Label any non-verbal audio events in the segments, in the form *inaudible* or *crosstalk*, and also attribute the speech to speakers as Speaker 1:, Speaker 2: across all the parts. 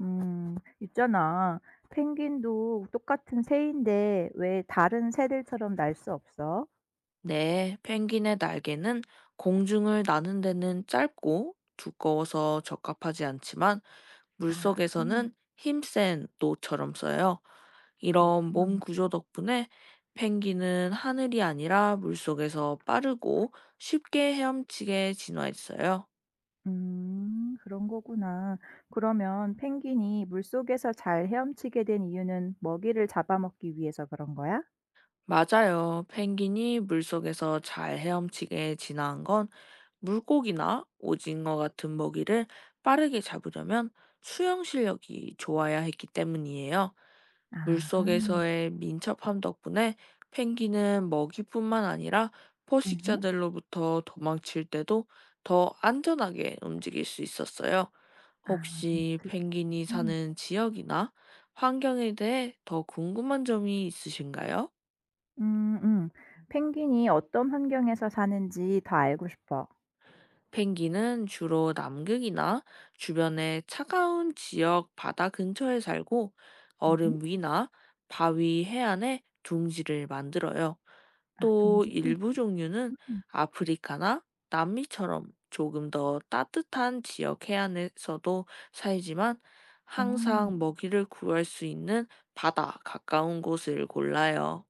Speaker 1: 있잖아. 펭귄도 똑같은 새인데 왜 다른 새들처럼 날 수 없어?
Speaker 2: 네, 펭귄의 날개는 공중을 나는 데는 짧고 두꺼워서 적합하지 않지만,
Speaker 1: 아,
Speaker 2: 물속에서는 힘센 노처럼 써요. 이런
Speaker 1: 그렇구나.
Speaker 2: 몸 구조 덕분에 펭귄은 하늘이 아니라 물속에서 빠르고 쉽게 헤엄치게 진화했어요.
Speaker 1: 그런 거구나. 그러면 펭귄이 물속에서 잘 헤엄치게 된 이유는 먹이를 잡아먹기 위해서 그런 거야?
Speaker 2: 맞아요. 펭귄이 물속에서 잘 헤엄치게 진화한 건 물고기나 오징어 같은 먹이를 빠르게 잡으려면 수영 실력이 좋아야 했기 때문이에요.
Speaker 1: 아,
Speaker 2: 물속에서의 민첩함 덕분에 펭귄은 먹이뿐만 아니라 포식자들로부터 도망칠 때도 더 안전하게 움직일 수 있었어요.
Speaker 1: 아,
Speaker 2: 혹시
Speaker 1: 동물.
Speaker 2: 펭귄이 사는 지역이나 환경에 대해 더 궁금한 점이 있으신가요?
Speaker 1: 음, 음. 펭귄이 어떤 환경에서 사는지 더 알고 싶어.
Speaker 2: 펭귄은 주로 남극이나 주변의 차가운 지역 바다 근처에 살고,
Speaker 1: 음,
Speaker 2: 얼음 위나 바위 해안에 둥지를 만들어요.
Speaker 1: 아,
Speaker 2: 또
Speaker 1: 둥지.
Speaker 2: 일부 종류는
Speaker 1: 음,
Speaker 2: 아프리카나 남미처럼 조금 더 따뜻한 지역 해안에서도 살지만,
Speaker 1: 어.
Speaker 2: 항상 먹이를 구할 수 있는 바다 가까운 곳을 골라요.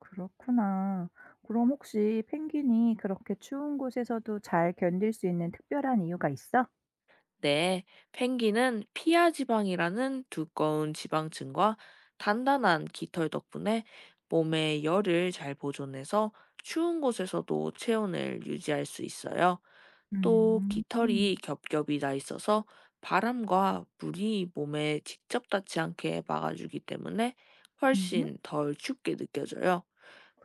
Speaker 1: 그렇구나. 그럼 혹시 펭귄이 그렇게 추운 곳에서도 잘 견딜 수 있는 특별한 이유가 있어?
Speaker 2: 네, 펭귄은 피하 지방이라는 두꺼운 지방층과 단단한 깃털 덕분에 몸의 열을 잘 보존해서 추운 곳에서도 체온을 유지할 수 있어요. 또
Speaker 1: 음.
Speaker 2: 깃털이 겹겹이 나 있어서 바람과 물이 몸에 직접 닿지 않게 막아주기 때문에
Speaker 1: 음
Speaker 2: 훨씬 덜 춥게 느껴져요.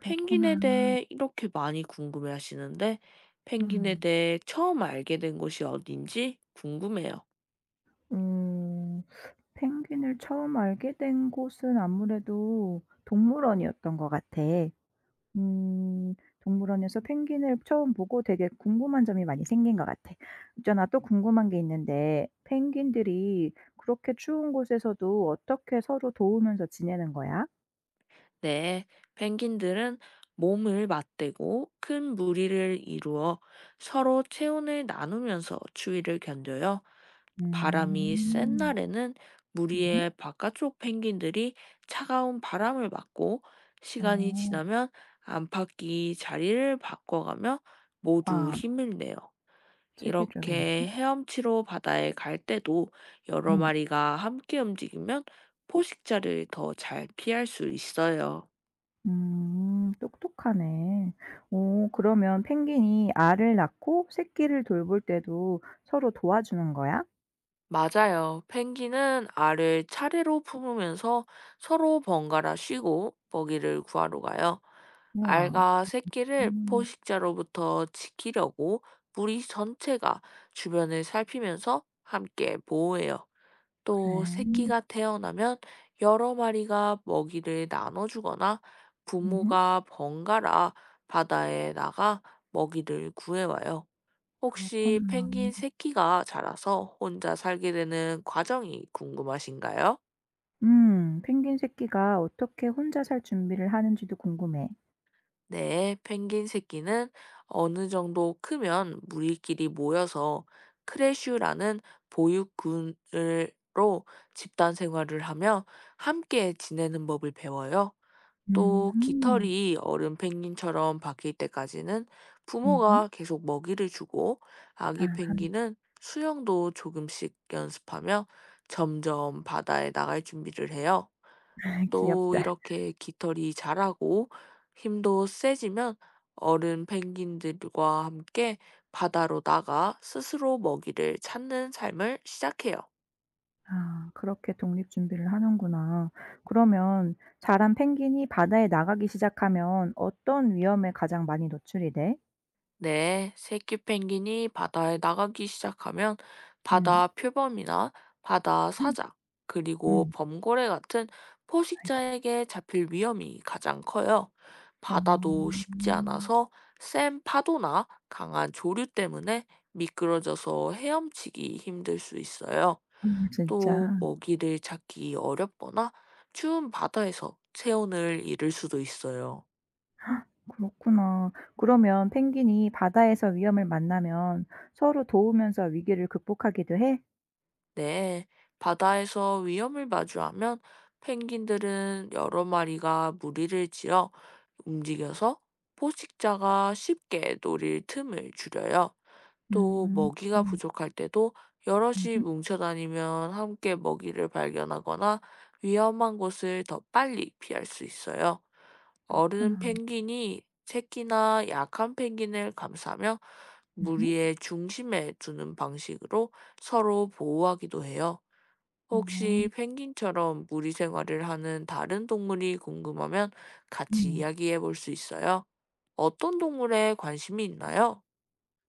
Speaker 2: 펭귄에 대해 이렇게 많이 궁금해 하시는데, 펭귄에
Speaker 1: 음.
Speaker 2: 대해 처음 알게 된 곳이 어딘지 궁금해요.
Speaker 1: 음. 펭귄을 처음 알게 된 곳은 아무래도 동물원이었던 것 같아. 음. 동물원에서 펭귄을 처음 보고 되게 궁금한 점이 많이 생긴 것 같아. 있잖아, 또 궁금한 게 있는데 펭귄들이 그렇게 추운 곳에서도 어떻게 서로 도우면서 지내는 거야?
Speaker 2: 네, 펭귄들은 몸을 맞대고 큰 무리를 이루어 서로 체온을 나누면서 추위를 견뎌요. 바람이 센
Speaker 1: 음.
Speaker 2: 날에는
Speaker 1: 흠
Speaker 2: 무리의 바깥쪽 펭귄들이 차가운 바람을 맞고, 시간이
Speaker 1: 어.
Speaker 2: 지나면 안팎이 자리를 바꿔가며 모두
Speaker 1: 와
Speaker 2: 힘을 내요.
Speaker 1: 체계적인
Speaker 2: 이렇게 헤엄치로 바다에 갈 때도 여러
Speaker 1: 예.
Speaker 2: 마리가 함께 움직이면 포식자를 더 잘 피할 수 있어요.
Speaker 1: 똑똑하네. 어 그러면 펭귄이 알을 낳고 새끼를 돌볼 때도 서로 도와주는 거야?
Speaker 2: 맞아요. 펭귄은 알을 차례로 품으면서 서로 번갈아 쉬고 먹이를 구하러 가요.
Speaker 1: 우와.
Speaker 2: 알과 새끼를
Speaker 1: 음
Speaker 2: 포식자로부터 지키려고 무리 전체가 주변을 살피면서 함께 보호해요. 또
Speaker 1: 그래.
Speaker 2: 새끼가 태어나면 여러 마리가 먹이를 나눠주거나,
Speaker 1: 흠
Speaker 2: 부모가 번갈아 바다에 나가 먹이를 구해와요. 혹시
Speaker 1: 그렇구나.
Speaker 2: 펭귄 새끼가 자라서 혼자 살게 되는 과정이 궁금하신가요?
Speaker 1: 음. 펭귄 새끼가 어떻게 혼자 살 준비를 하는지도 궁금해.
Speaker 2: 네, 펭귄 새끼는 어느 정도 크면 무리끼리 모여서 크레슈라는 보육군으로 집단 생활을 하며 함께 지내는 법을 배워요. 또
Speaker 1: 음음.
Speaker 2: 깃털이 어른 펭귄처럼 바뀔 때까지는
Speaker 1: 음음.
Speaker 2: 부모가 계속 먹이를 주고, 아기
Speaker 1: 아하.
Speaker 2: 펭귄은 수영도 조금씩 연습하며 점점 바다에 나갈 준비를 해요.
Speaker 1: *laughs*
Speaker 2: 또
Speaker 1: 귀엽다.
Speaker 2: 이렇게 깃털이 자라고 힘도 세지면 어른 펭귄들과 함께 바다로 나가 스스로 먹이를 찾는 삶을 시작해요.
Speaker 1: 아 그렇게 독립 준비를 하는구나. 그러면 자란 펭귄이 바다에 나가기 시작하면 어떤 위험에 가장 많이 노출이 돼?
Speaker 2: 네, 새끼 펭귄이 바다에 나가기 시작하면
Speaker 1: 음.
Speaker 2: 바다 표범이나 바다 사자,
Speaker 1: *clears throat*
Speaker 2: 그리고
Speaker 1: 음.
Speaker 2: 범고래 같은
Speaker 1: 아이고.
Speaker 2: 포식자에게 잡힐 위험이 가장 커요. 바다도
Speaker 1: 어.
Speaker 2: 쉽지 않아서 센 파도나 강한 조류 때문에 미끄러져서 헤엄치기 힘들 수 있어요.
Speaker 1: 아
Speaker 2: 또
Speaker 1: 진짜.
Speaker 2: 먹이를 찾기 어렵거나 추운 바다에서 체온을 잃을 수도 있어요.
Speaker 1: 그렇구나. 그러면 펭귄이 바다에서 위험을 만나면 서로 도우면서 위기를 극복하기도 해?
Speaker 2: 네, 바다에서 위험을 마주하면 펭귄들은 여러 마리가 무리를 지어 움직여서 포식자가 쉽게 노릴 틈을 줄여요. 또
Speaker 1: 음.
Speaker 2: 먹이가
Speaker 1: 음.
Speaker 2: 부족할 때도 여럿이
Speaker 1: 음흠.
Speaker 2: 뭉쳐 다니면 함께 먹이를 발견하거나 위험한 곳을 더 빨리 피할 수 있어요. 어른
Speaker 1: 그렇구나.
Speaker 2: 펭귄이 새끼나 약한 펭귄을 감싸며
Speaker 1: 흠
Speaker 2: 무리의 중심에 두는 방식으로 서로 보호하기도 해요.
Speaker 1: 어.
Speaker 2: 혹시 펭귄처럼 무리 생활을 하는 다른 동물이 궁금하면 같이
Speaker 1: 음.
Speaker 2: 이야기해 볼 수 있어요. 어떤 동물에 관심이 있나요?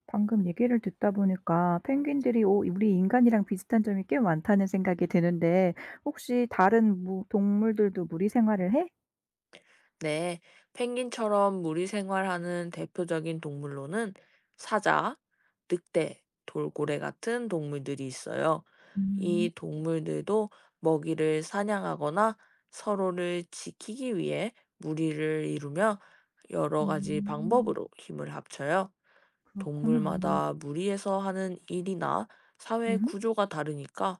Speaker 1: 방금 얘기를 듣다 보니까 펭귄들이 오 우리 인간이랑 비슷한 점이 꽤 많다는 생각이 드는데 혹시 다른 동물들도 무리 생활을 해?
Speaker 2: 네, 펭귄처럼 무리 생활하는 대표적인 동물로는 사자, 늑대, 돌고래 같은 동물들이 있어요.
Speaker 1: 음.
Speaker 2: 이 동물들도 먹이를 사냥하거나 서로를 지키기 위해 무리를 이루며 여러 가지
Speaker 1: 음.
Speaker 2: 방법으로 힘을 합쳐요.
Speaker 1: 그렇구나.
Speaker 2: 동물마다 무리해서 하는 일이나 사회
Speaker 1: 음.
Speaker 2: 구조가 다르니까,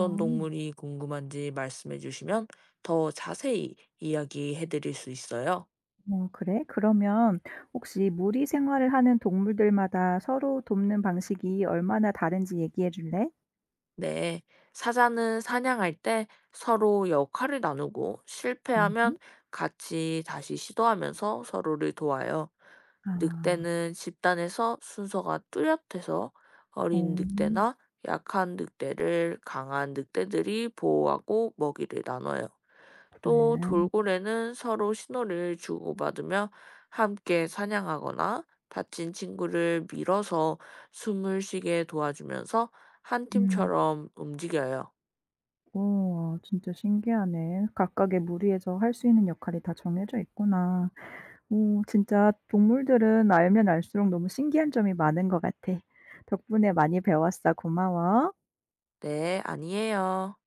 Speaker 1: 어.
Speaker 2: 동물이 궁금한지 말씀해 주시면 더 자세히 이야기해 드릴 수 있어요.
Speaker 1: 어 그래? 그러면 혹시 무리 생활을 하는 동물들마다 서로 돕는 방식이 얼마나 다른지 얘기해 줄래?
Speaker 2: 네, 사자는 사냥할 때 서로 역할을 나누고, 실패하면
Speaker 1: 음.
Speaker 2: 같이 다시 시도하면서 서로를 도와요.
Speaker 1: 아.
Speaker 2: 늑대는 집단에서 순서가 뚜렷해서 어린
Speaker 1: 오.
Speaker 2: 늑대나 약한 늑대를 강한 늑대들이 보호하고 먹이를 나눠요. 또
Speaker 1: 그래.
Speaker 2: 돌고래는 서로 신호를 주고받으며 함께 사냥하거나 다친 친구를 밀어서 숨을 쉬게 도와주면서 한
Speaker 1: 음.
Speaker 2: 팀처럼 움직여요.
Speaker 1: 우와 진짜 신기하네. 각각의 무리에서 할 수 있는 역할이 다 정해져 있구나. 오 진짜 동물들은 알면 알수록 너무 신기한 점이 많은 것 같아. 덕분에 많이 배웠어. 고마워.
Speaker 2: 네, 아니에요.